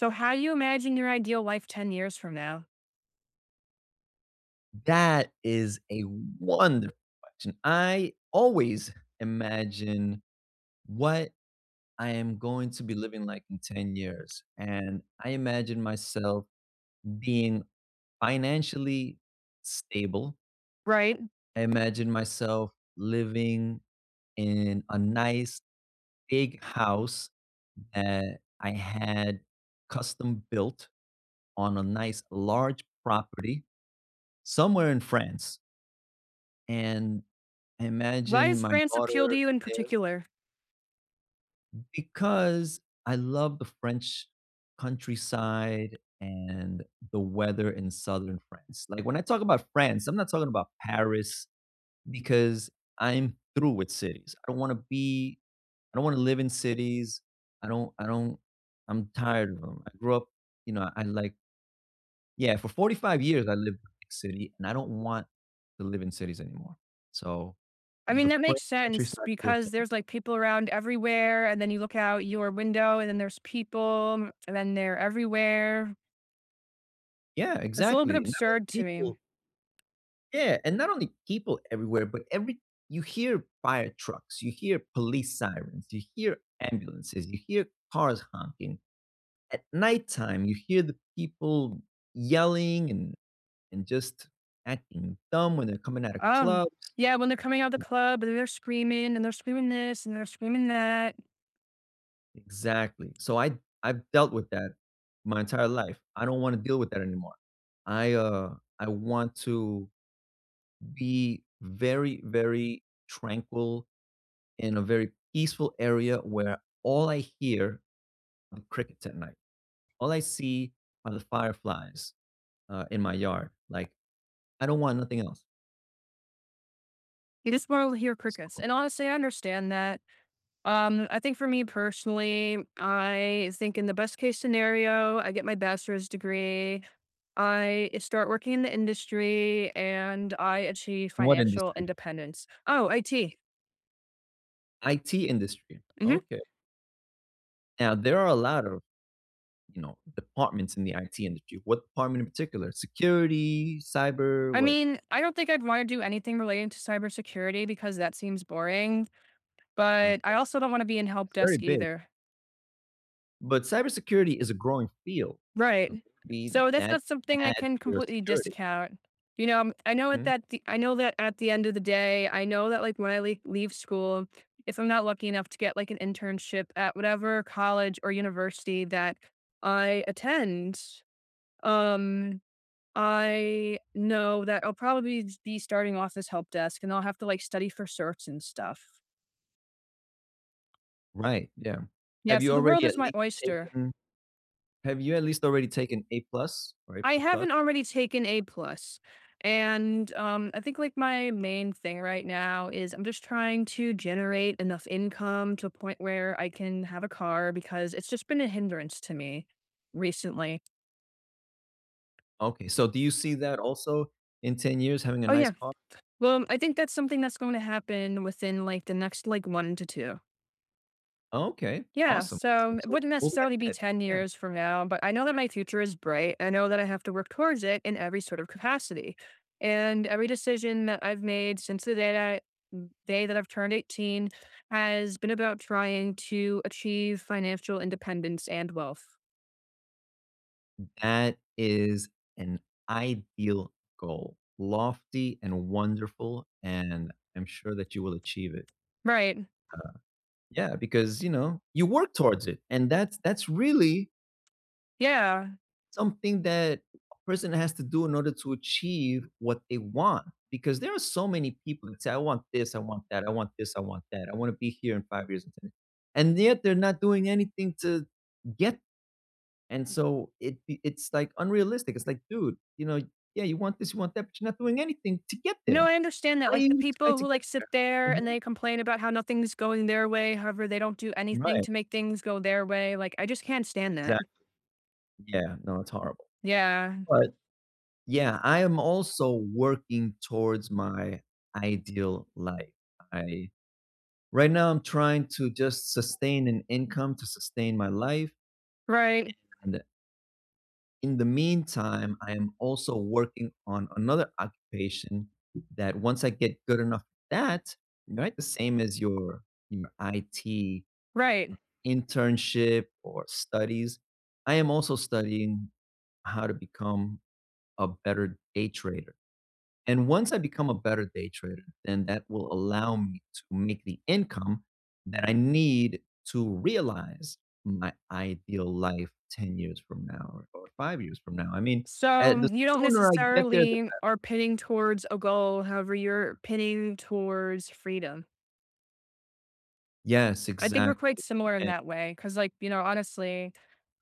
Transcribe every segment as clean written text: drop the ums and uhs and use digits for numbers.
So how do you imagine your ideal life 10 years from now? That is a wonderful question. I always imagine what I am going to be living like in 10 years, and I imagine myself being financially stable. Right. I imagine myself living in a nice big house that I had custom built on a nice large property somewhere in France. And I Why imagine does my France appeal to daughter. you in particular? Because I love the French countryside and the weather in southern France. Like when I talk about France, I'm not talking about Paris because I'm through with cities. I don't want to live in cities. I don't. I'm tired of them. I grew up, I like yeah, for 45 years I lived in a big city and I don't want to live in cities anymore. So I mean, the that makes French sense countryside appeals to because me. there's like people around everywhere. And then you look out your window and then there's people and then they're everywhere. Yeah, It's a little bit exactly. And not only absurd to me. people Yeah, and not only people everywhere, but every you hear fire trucks, you hear police sirens, you hear ambulances, you hear cars honking. At nighttime, you hear the people yelling and just acting dumb when they're coming out of Um, clubs. yeah, when they're coming out of the club and they're screaming this and they're screaming that. Exactly. I've dealt with that my entire life. I don't wanna deal with that anymore. I want to be very, very tranquil in a very peaceful area where all I hear are crickets at night. All I see are the fireflies, in my yard. Like, I don't want nothing else. You just want to hear crickets. So. And honestly, I understand that. I think for me personally, I think in the best case scenario, I get my bachelor's degree, I start working in the industry, and I achieve In what financial industry? independence. Oh, IT. IT industry. Hmm. Okay. Now there are a lot of, you know, departments in the IT industry. What department in particular? Security, cyber, I what? mean, I don't think I'd want to do anything relating to cybersecurity because that seems boring, but Okay. I also don't want to be in help It's very desk big. either. But cybersecurity is a growing field. Right. So maybe So that's that not could something I add can to your completely security. discount. You know, Mhm. I know that at the end of the day, I know that, like, when I leave school, if I'm not lucky enough to get, like, an internship at whatever college or university that I attend, um, I know that I'll probably be starting off as help desk, and I'll have to, like, study for certs and stuff. Right. Yeah. Yeah, Have you so the world already at is my least oyster. taken Have you at least already taken A plus or A I plus plus? haven't already taken A plus. And I think like my main thing right now is I'm just trying to generate enough income to a point where I can have a car because it's just been a hindrance to me recently. Okay, so do you see that also in 10 years having a Oh nice yeah. car? Well, I think that's something that's going to happen within like the next like one to two. Okay, Yeah, awesome, awesome. so it So wouldn't moving necessarily be ahead, 10 yeah. years from now, but I know that my future is bright. I know that I have to work towards it in every sort of capacity. And every decision that I've made since the day that day that I've turned 18 has been about trying to achieve financial independence and wealth. That is an ideal goal, lofty and wonderful, and I'm sure that you will achieve it. Right. Yeah, because you know you work towards it, and that's really Yeah. something that a person has to do in order to achieve what they want. Because there are so many people that say, I want this, I want that, I want this, I want that. I want to be here in 5 years. And 10 years. And yet they're not doing anything to get. And so it's like unrealistic. It's like, dude, you know, yeah, you want this, you want that, but you're not doing anything to get No, there. I understand that. How do Like the you expect people to who get like sit there there? Mhm. and they complain about how nothing's going their way, however, they don't do anything Right. to make things go their way. Like I just can't stand that. Exactly. Yeah. No, it's horrible. Yeah. But yeah, I am also working towards my ideal life. I Right now I'm trying to just sustain an income to sustain my life, Right. and in the meantime, I am also working on another occupation that once I get good enough at that, right, the same as your IT Right. internship or studies, I am also studying how to become a better day trader. And once I become a better day trader, then that will allow me to make the income that I need to realize my ideal life 10 years from now or 5 years from now. I mean, So, the you don't sooner I get there, the— necessarily are pinning towards a goal, however, you're pinning towards freedom. Yes, I think we're quite exactly. similar in that way, because like, you know, honestly,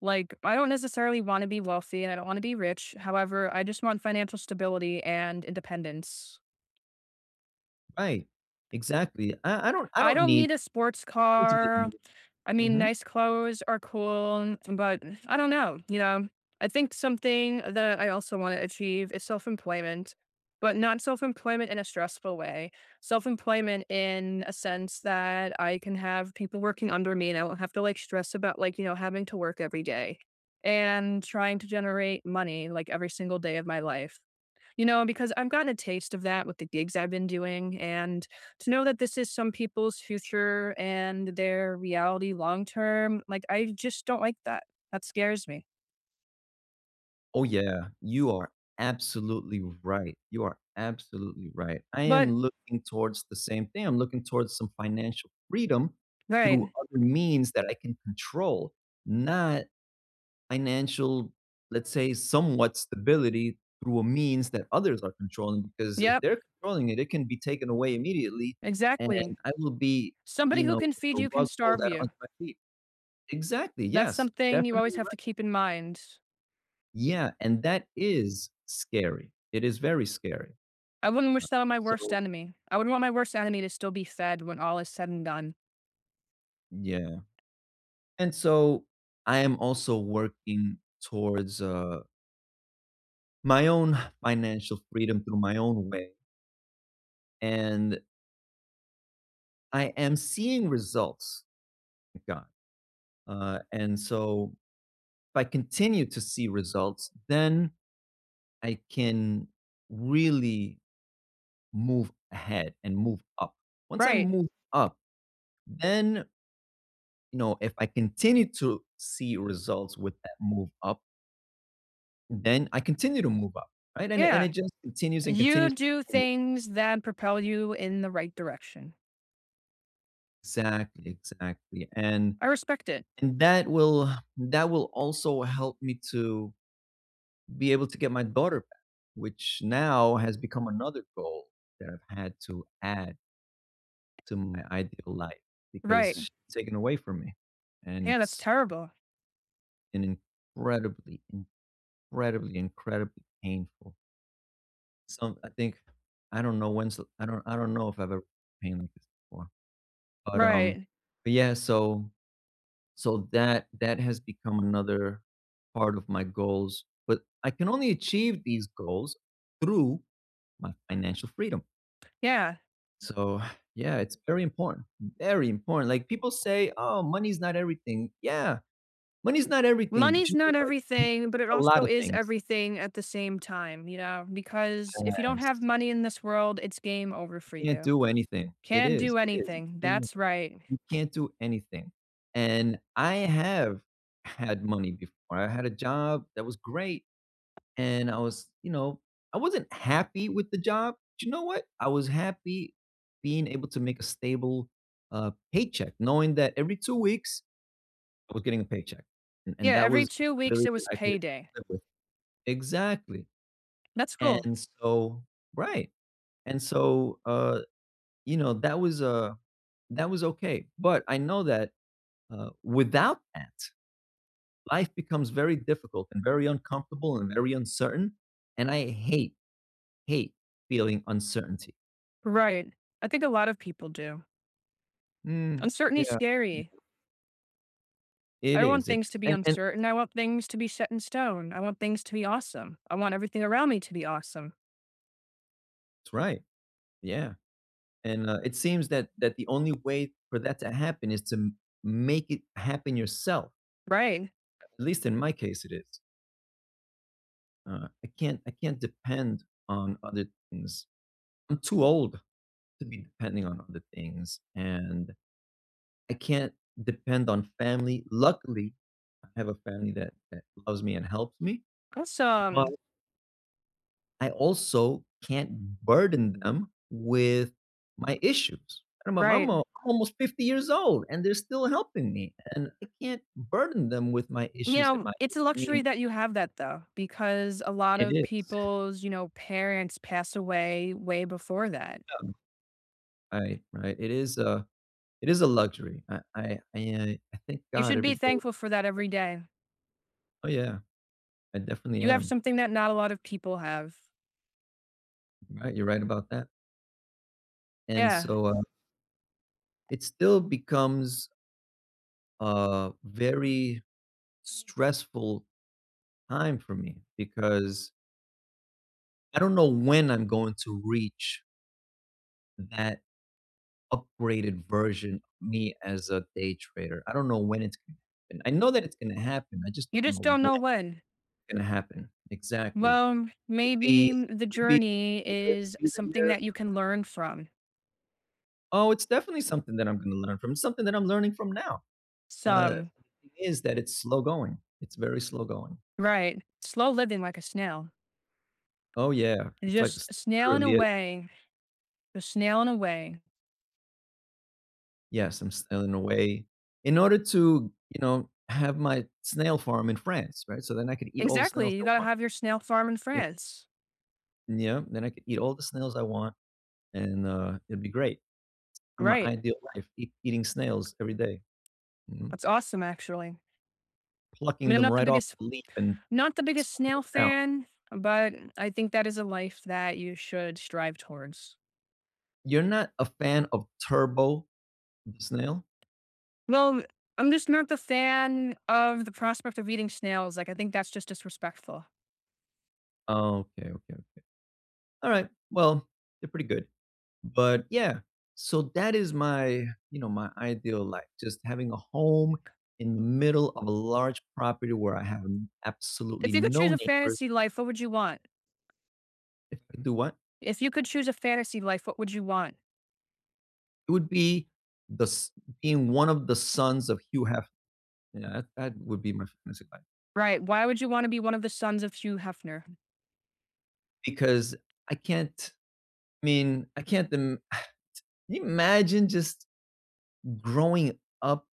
like, I don't necessarily wanna be wealthy and I don't wanna be rich, however, I just want financial stability and independence. Right. Exactly. I, I don't I I don't don't need, need a sports need to be a car, I mean, millionaire. Mhm. nice clothes are cool, but I don't know, you know. I think something that I also want to achieve is self-employment, but not self-employment in a stressful way. Self-employment in a sense that I can have people working under me and I won't have to like stress about like, you know, having to work every day and trying to generate money like every single day of my life. You know, because I've gotten a taste of that with the gigs I've been doing, and to know that this is some people's future and their reality long term, like, I just don't like that. That scares me. Oh, yeah. You are absolutely right. You are absolutely right. I But am looking towards the same thing. I'm looking towards some financial freedom through right. other means that I can control, not financial, let's say, somewhat stability through a means that others are controlling. Because if Yep, they're controlling it, it can be taken away immediately, and exactly. I will be, you Somebody who know, can with feed the you can rug pulled starve out you. onto my feet. Exactly. That's Yes. something you always Definitely have to keep in mind. yeah, and that is scary. It is very scary. I wouldn't wish that on my worst So enemy. I wouldn't want my worst enemy to still be fed when all is said and done. yeah. And so I am also working towards, my own financial freedom through my own way, and I am seeing results, thank God. And so if I continue to see results, then I can really move ahead and move up. Once I Right. move up, then you know, if I continue to see results with that move up, then I continue to move up, right? And Yeah. it just continues and You continues and do continues. things that propel you in the right direction. Exactly, exactly. And I respect it. and that will also help me to be able to get my daughter back, which now has become another goal that I've had to add to my ideal life because Right. she's taken away from me. And Yeah, that's it's terrible. an incredibly, incredibly, incredibly painful— Some I think I don't know if I've ever— pain like this before, but, um Right. but yeah, so that has become another part of my goals, but I can only achieve these goals through my financial freedom. Yeah. So, yeah, it's very important, very important. Like, people say, "Oh, money's not everything." Yeah, money's not everything, but Money's you know not what? everything, but It's it a lot also of is things. everything at the same time, you know, because if you don't Yes. have money in this world, it's game over for You can't you. do anything. It Can't is, do it is. It's anything. game over. That's right. You can't do anything, and I have had money before. I had a job that was great, and I was you know, I wasn't happy with the job. But you know what? I was happy being able to make a stable, paycheck, knowing that every 2 weeks, I was getting a paycheck, and Yeah, that every was the 2 weeks it stability that was I could payday. live with. Exactly, That's cool. and so right, and so, uh you know, that was okay, but I know that, without that, life becomes very difficult and very uncomfortable and very uncertain, and I hate, hate feeling uncertainty. Right. I think a lot of people do. Mm, Uncertainty's yeah. scary. Yeah. I don't want It things is, to be and— uncertain. I want things to be set in stone. I want things to be awesome. I want everything around me to be awesome. That's right. Yeah, and, it seems that the only way for that to happen is to m make it happen yourself. Right. At least in my case, it is. I can't depend on other things. I'm too old to be depending on other things, and I can't depend on family. Luckily, I have a family that loves me and helps me, but Awesome. I also can't burden them with my issues. I'm I'm Right. I'm almost 50 years old, and they're still helping me, and I can't burden them with my You issues at know, my it's a age. Luxury that you have that though, because a lot It of is people's, you know, parents pass away way before that. yeah, right, right. It is a luxury. I thank You God should every be day. thankful for that every day. Oh, yeah. I definitely You have am. something that not a lot of people have. Right, you're right about that. And Yeah. so it still becomes a very stressful time for me because I don't know when I'm going to reach that upgraded version of me as a day trader. I don't know when it's going to happen. I know that it's going to happen. I just You don't just know don't when know when. it's going to happen exactly. Well, It could be, maybe the it could be, journey the it is could be the something year. that you can learn from. Oh, it's definitely something that I'm going to learn from. It's something that I'm learning from now. Some The thing is that it's slow going. It's very slow going. right. Slow living like a snail. Oh yeah, it's like Just snailing literally it. away. Just snailing away. Yes, I'm still in a way in order to you know have my snail farm in France, right? So then I could eat all the snails Exactly. You I got to want. have your snail farm in Yeah, France. yeah, then I could eat all the snails I want, and it'd be great. My Right. ideal life, eating snails every day, mhm, That's awesome, actually. I plucking mean, I'm them not the right off biggest the leaf and not the biggest sucking snail them down. fan, but I think that is a life that you should strive towards. You're not a fan of Turbo the snail? Well, I'm just not the fan of the prospect of eating snails, like, I think that's just disrespectful. Oh, okay, okay, okay. All right. Well, they're pretty good. But yeah, so that is my, you know, my ideal life, just having a home in the middle of a large property where I have absolutely If you could no choose a neighbors. fantasy life, what would you want? If I could do what? If you could choose a fantasy life, what would you want? It would be the s- being one of the sons of Hugh Hefner. Yeah, that would be my fantasy life Right, why would you wanna be one of the sons of Hugh Hefner, because I can't. I mean, I can't. Can you imagine just growing up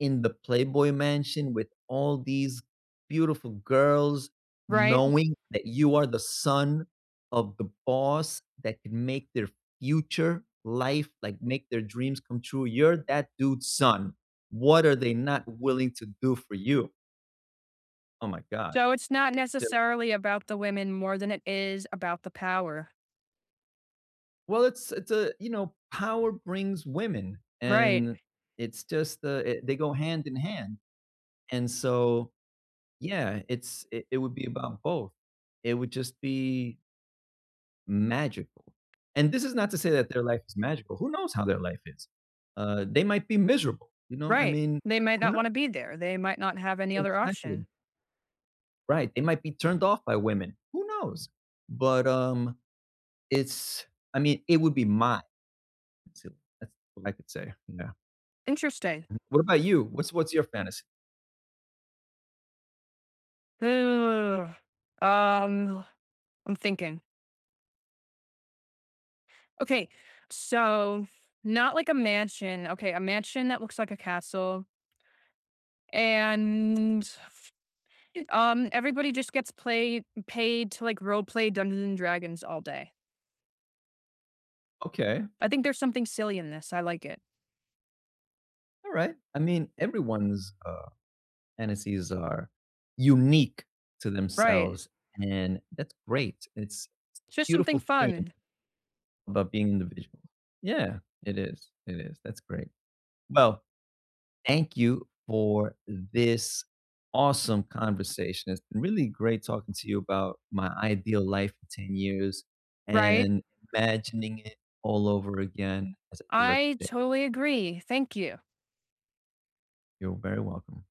in the Playboy mansion with all these beautiful girls, right? knowing that you are the son of the boss that can make their future life, like make their dreams come true. You're that dude's son. What are they not willing to do for you? Oh my God. So, it's not It's just, necessarily about the women more than it is about the power. well, it's a, you know, power brings women Right, and it's just, they go hand in hand. And so, yeah, it would be about both. It would just be magical, and this is not to say that their life is magical, who knows how their life is? They might be miserable, you know, I right. mean, They might who not knows? wanna be there, they might not have any other Exactly, option. right, they might be turned off by women, who knows? But, it's I mean, it would be mine, so that's what I could say, yeah. Interesting. What about you? What's your fantasy? Ugh. Um, I'm thinking. Okay, so not like a mansion. Okay, a mansion that looks like a castle, and everybody just gets play paid to like role play Dungeons and Dragons all day. Okay, I think there's something silly in this. I like it. alright, I mean, everyone's, fantasies are unique to Right. themselves, and that's great. It's a It's just something Beautiful thing fun. about being individual. Yeah, it is, it is. That's great. Well, thank you for this awesome conversation. It's been really great talking to you about my ideal life in 10 years Right. and imagining it all over again as I do every I day. totally agree. Thank you. You're very welcome.